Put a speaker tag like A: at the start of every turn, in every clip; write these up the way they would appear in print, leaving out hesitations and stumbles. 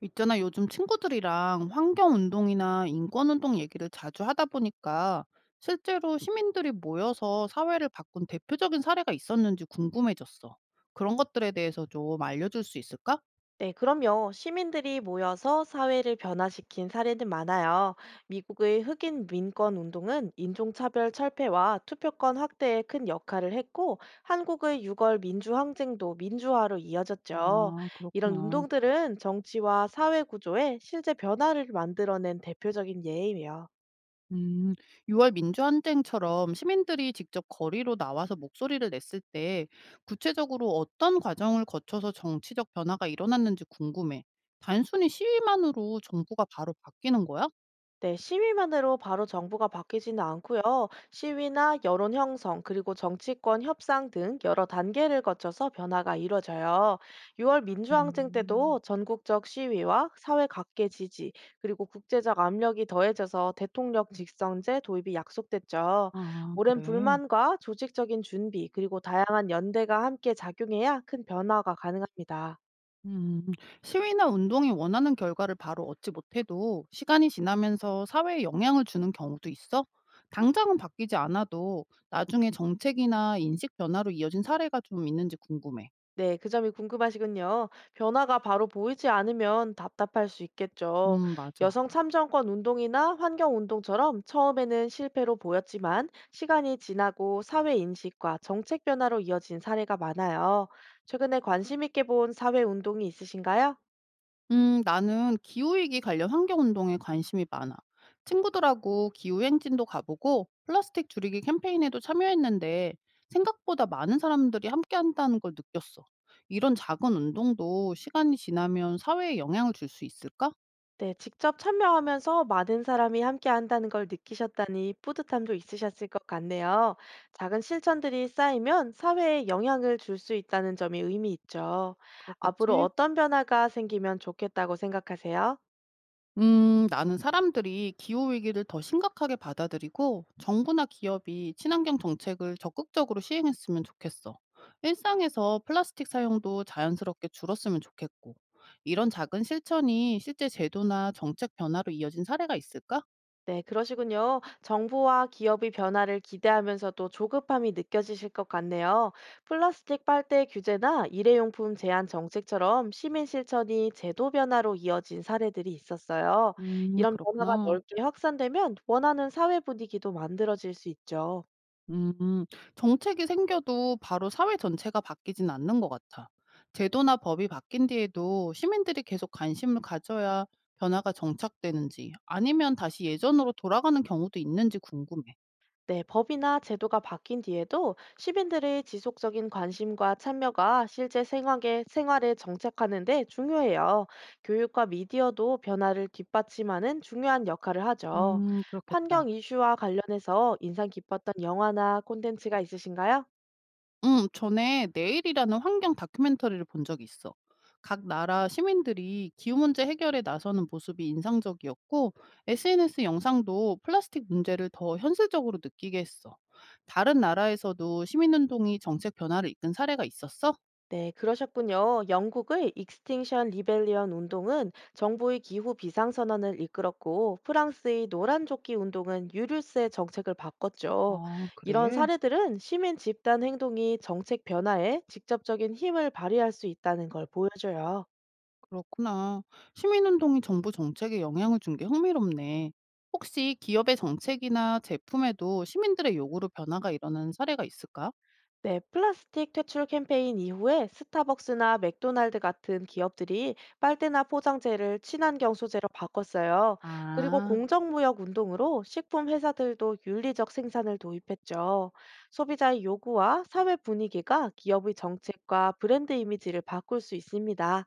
A: 있잖아, 요즘 친구들이랑 환경운동이나 인권운동 얘기를 자주 하다 보니까 실제로 시민들이 모여서 사회를 바꾼 대표적인 사례가 있었는지 궁금해졌어. 그런 것들에 대해서 좀 알려줄 수 있을까?
B: 네, 그럼요. 시민들이 모여서 사회를 변화시킨 사례는 많아요. 미국의 흑인 민권 운동은 인종차별 철폐와 투표권 확대에 큰 역할을 했고, 한국의 유월 민주항쟁도 민주화로 이어졌죠.
A: 아,
B: 이런
A: 그렇구나.
B: 운동들은 정치와 사회 구조에 실제 변화를 만들어낸 대표적인 예이에요.
A: 음, 6월 민주항쟁처럼 시민들이 직접 거리로 나와서 목소리를 냈을 때 구체적으로 어떤 과정을 거쳐서 정치적 변화가 일어났는지 궁금해. 단순히 시위만으로 정부가 바로 바뀌는 거야?
B: 네, 시위만으로 바로 정부가 바뀌지는 않고요. 시위나 여론 형성, 그리고 정치권 협상 등 여러 단계를 거쳐서 변화가 이뤄져요. 6월 민주항쟁
A: 음.
B: 때도 전국적 시위와 사회 각계 지지, 그리고 국제적 압력이 더해져서 대통령 직선제 도입이 약속됐죠.
A: 아
B: 오랜
A: 그래.
B: 불만과 조직적인 준비, 그리고 다양한 연대가 함께 작용해야 큰 변화가 가능합니다.
A: 음. 시위나 운동이 원하는 결과를 바로 얻지 못해도 시간이 지나면서 사회에 영향을 주는 경우도 있어? 당장은 바뀌지 않아도 나중에 정책이나 인식 변화로 이어진 사례가 좀 있는지 궁금해.
B: 네, 그 점이 궁금하시군요. 변화가 바로 보이지 않으면 답답할 수 있겠죠.
A: 맞아.
B: 여성 참정권 운동이나 환경 운동처럼 처음에는 실패로 보였지만 시간이 지나고 사회 인식과 정책 변화로 이어진 사례가 많아요. 최근에 관심 있게 본 사회 운동이 있으신가요?
A: 나는 기후위기 관련 환경운동에 관심이 많아. 친구들하고 기후행진도 가보고 플라스틱 줄이기 캠페인에도 참여했는데 생각보다 많은 사람들이 함께 한다는 걸 느꼈어. 이런 작은 운동도 시간이 지나면 사회에 영향을 줄 수 있을까?
B: 네, 직접 참여하면서 많은 사람이 함께 한다는 걸 느끼셨다니 뿌듯함도 있으셨을 것 같네요. 작은 실천들이 쌓이면 사회에 영향을 줄 수 있다는 점이 의미 있죠. 앞으로
A: 그렇겠지?
B: 어떤 변화가 생기면 좋겠다고 생각하세요?
A: 나는 사람들이 기후 위기를 더 심각하게 받아들이고 정부나 기업이 친환경 정책을 적극적으로 시행했으면 좋겠어. 일상에서 플라스틱 사용도 자연스럽게 줄었으면 좋겠고. 이런 작은 실천이 실제 제도나 정책 변화로 이어진 사례가 있을까?
B: 네, 그러시군요. 정부와 기업의 변화를 기대하면서도 조급함이 느껴지실 것 같네요. 플라스틱 빨대 규제나 일회용품 제한 정책처럼 시민 실천이 제도 변화로 이어진 사례들이 있었어요. 이런 변화가
A: 그렇구나.
B: 넓게 확산되면 원하는 사회 분위기도 만들어질 수 있죠.
A: 음, 정책이 생겨도 바로 사회 전체가 바뀌진 않는 것 같아. 제도나 법이 바뀐 뒤에도 시민들이 계속 관심을 가져야 변화가 정착되는지 아니면 다시 예전으로 돌아가는 경우도 있는지 궁금해.
B: 네, 법이나 제도가 바뀐 뒤에도 시민들의 지속적인 관심과 참여가 실제 생활에 정착하는 데 중요해요. 교육과 미디어도 변화를 뒷받침하는 중요한 역할을 하죠.
A: 그렇겠다.
B: 환경 이슈와 관련해서 인상 깊었던 영화나 콘텐츠가 있으신가요?
A: 음. 전에 내일이라는 환경 다큐멘터리를 본 적이 있어. 각 나라 시민들이 기후 문제 해결에 나서는 모습이 인상적이었고 SNS 영상도 플라스틱 문제를 더 현실적으로 느끼게 했어. 다른 나라에서도 시민운동이 정책 변화를 이끈 사례가 있었어?
B: 네, 그러셨군요. 영국의 익스팅션 리벨리언 운동은 정부의 기후 비상선언을 이끌었고 프랑스의 노란조끼 운동은 유류세 정책을 바꿨죠.
A: 아,
B: 이런
A: 그래.
B: 사례들은 시민 집단 행동이 정책 변화에 직접적인 힘을 발휘할 수 있다는 걸 보여줘요.
A: 그렇구나. 시민운동이 정부 정책에 영향을 준 게 흥미롭네. 혹시 기업의 정책이나 제품에도 시민들의 요구로 변화가 일어나는 사례가 있을까?
B: 네, 플라스틱 퇴출 캠페인 이후에 스타벅스나 맥도날드 같은 기업들이 빨대나 포장재를 친환경 소재로 바꿨어요. 그리고
A: 아.
B: 공정무역 운동으로 식품 회사들도 윤리적 생산을 도입했죠. 소비자의 요구와 사회 분위기가 기업의 정책과 브랜드 이미지를 바꿀 수 있습니다.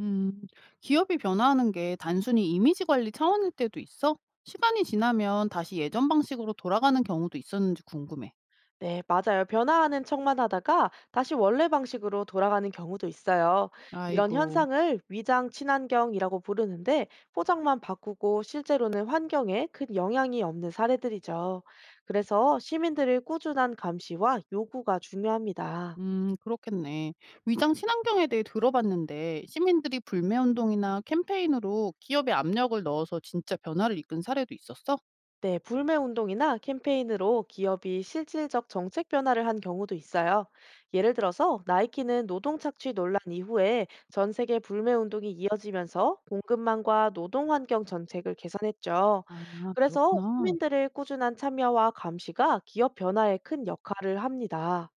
A: 음, 기업이 변화하는 게 단순히 이미지 관리 차원일 때도 있어? 시간이 지나면 다시 예전 방식으로 돌아가는 경우도 있었는지 궁금해.
B: 네, 맞아요. 변화하는 척만 하다가 다시 원래 방식으로 돌아가는 경우도 있어요. 이런
A: 아이고,
B: 현상을 위장 친환경이라고 부르는데 포장만 바꾸고 실제로는 환경에 큰 영향이 없는 사례들이죠. 그래서 시민들의 꾸준한 감시와 요구가 중요합니다.
A: 그렇겠네. 위장 친환경에 대해 들어봤는데 시민들이 불매 운동이나 캠페인으로 기업에 압력을 넣어서 진짜 변화를 이끈 사례도 있었어?
B: 네, 불매 운동이나 캠페인으로 기업이 실질적 정책 변화를 한 경우도 있어요. 예를 들어서 나이키는 노동 착취 논란 이후에 전 세계 불매 운동이 이어지면서 공급망과 노동 환경 정책을 개선했죠.
A: 아,
B: 그래서
A: 그렇구나.
B: 시민들의 꾸준한 참여와 감시가 기업 변화에 큰 역할을 합니다.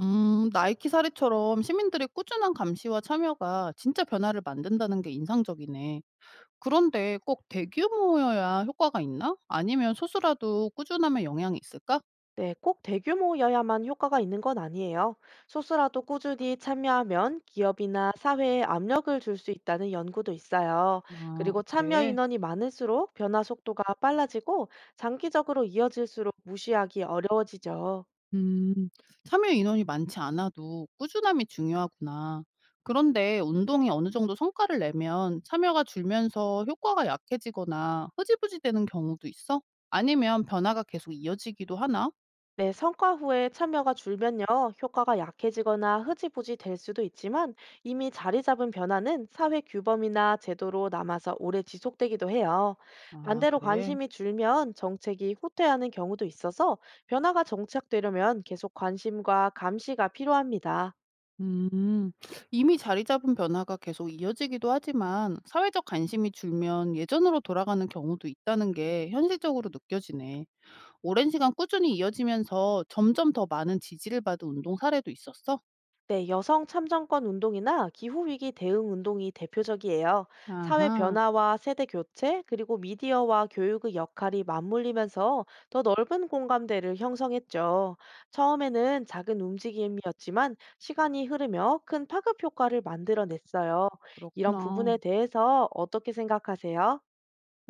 A: 나이키 사례처럼 시민들의 꾸준한 감시와 참여가 진짜 변화를 만든다는 게 인상적이네. 그런데 꼭 대규모여야 효과가 있나? 아니면 소수라도 꾸준하면 영향이 있을까?
B: 네, 꼭 대규모여야만 효과가 있는 건 아니에요. 소수라도 꾸준히 참여하면 기업이나 사회에 압력을 줄 수 있다는 연구도 있어요.
A: 아,
B: 그리고 참여
A: 그래.
B: 인원이 많을수록 변화 속도가 빨라지고 장기적으로 이어질수록 무시하기 어려워지죠.
A: 음, 참여 인원이 많지 않아도 꾸준함이 중요하구나. 그런데 운동이 어느 정도 성과를 내면 참여가 줄면서 효과가 약해지거나 흐지부지 되는 경우도 있어? 아니면 변화가 계속 이어지기도 하나?
B: 네, 성과 후에 참여가 줄면요, 효과가 약해지거나 흐지부지 될 수도 있지만 이미 자리 잡은 변화는 사회 규범이나 제도로 남아서 오래 지속되기도 해요.
A: 아,
B: 반대로
A: 그래.
B: 관심이 줄면 정책이 후퇴하는 경우도 있어서 변화가 정착되려면 계속 관심과 감시가 필요합니다.
A: 음. 이미 자리 잡은 변화가 계속 이어지기도 하지만 사회적 관심이 줄면 예전으로 돌아가는 경우도 있다는 게 현실적으로 느껴지네. 오랜 시간 꾸준히 이어지면서 점점 더 많은 지지를 받은 운동 사례도 있었어?
B: 네, 여성 참정권 운동이나 기후위기 대응 운동이 대표적이에요. 사회
A: 아하,
B: 변화와 세대 교체, 그리고 미디어와 교육의 역할이 맞물리면서 더 넓은 공감대를 형성했죠. 처음에는 작은 움직임이었지만 시간이 흐르며 큰 파급 효과를 만들어냈어요. 이런
A: 그렇구나.
B: 부분에 대해서 어떻게 생각하세요?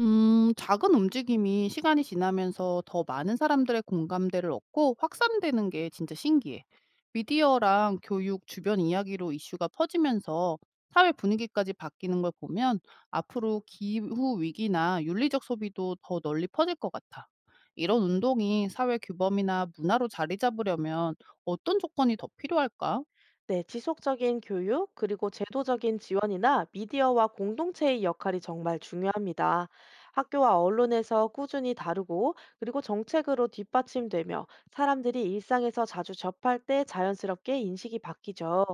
A: 작은 움직임이 시간이 지나면서 더 많은 사람들의 공감대를 얻고 확산되는 게 진짜 신기해. 미디어랑 교육 주변 이야기로 이슈가 퍼지면서 사회 분위기까지 바뀌는 걸 보면 앞으로 기후 위기나 윤리적 소비도 더 널리 퍼질 것 같아. 이런 운동이 사회 규범이나 문화로 자리 잡으려면 어떤 조건이 더 필요할까?
B: 네, 지속적인 교육, 그리고 제도적인 지원이나 미디어와 공동체의 역할이 정말 중요합니다. 학교와 언론에서 꾸준히 다루고, 그리고 정책으로 뒷받침되며 사람들이 일상에서 자주 접할 때 자연스럽게 인식이 바뀌죠.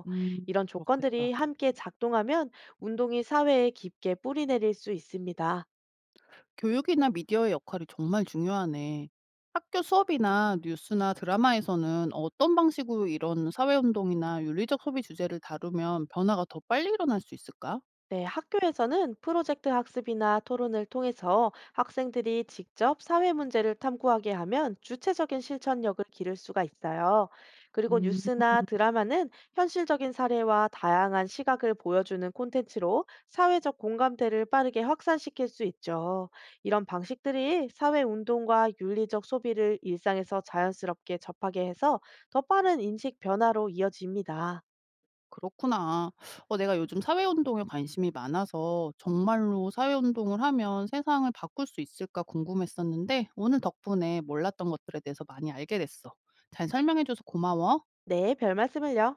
B: 이런
A: 그렇겠다.
B: 조건들이 함께 작동하면 운동이 사회에 깊게 뿌리 내릴 수 있습니다.
A: 교육이나 미디어의 역할이 정말 중요하네. 학교 수업이나 뉴스나 드라마에서는 어떤 방식으로 이런 사회운동이나 윤리적 소비 주제를 다루면 변화가 더 빨리 일어날 수 있을까?
B: 네, 학교에서는 프로젝트 학습이나 토론을 통해서 학생들이 직접 사회 문제를 탐구하게 하면 주체적인 실천력을 기를 수가 있어요. 그리고
A: 음,
B: 뉴스나 드라마는 현실적인 사례와 다양한 시각을 보여주는 콘텐츠로 사회적 공감대를 빠르게 확산시킬 수 있죠. 이런 방식들이 사회 운동과 윤리적 소비를 일상에서 자연스럽게 접하게 해서 더 빠른 인식 변화로 이어집니다.
A: 그렇구나. 어, 내가 요즘 사회운동에 관심이 많아서 정말로 사회운동을 하면 세상을 바꿀 수 있을까 궁금했었는데 오늘 덕분에 몰랐던 것들에 대해서 많이 알게 됐어. 잘 설명해줘서 고마워.
B: 네, 별 말씀을요.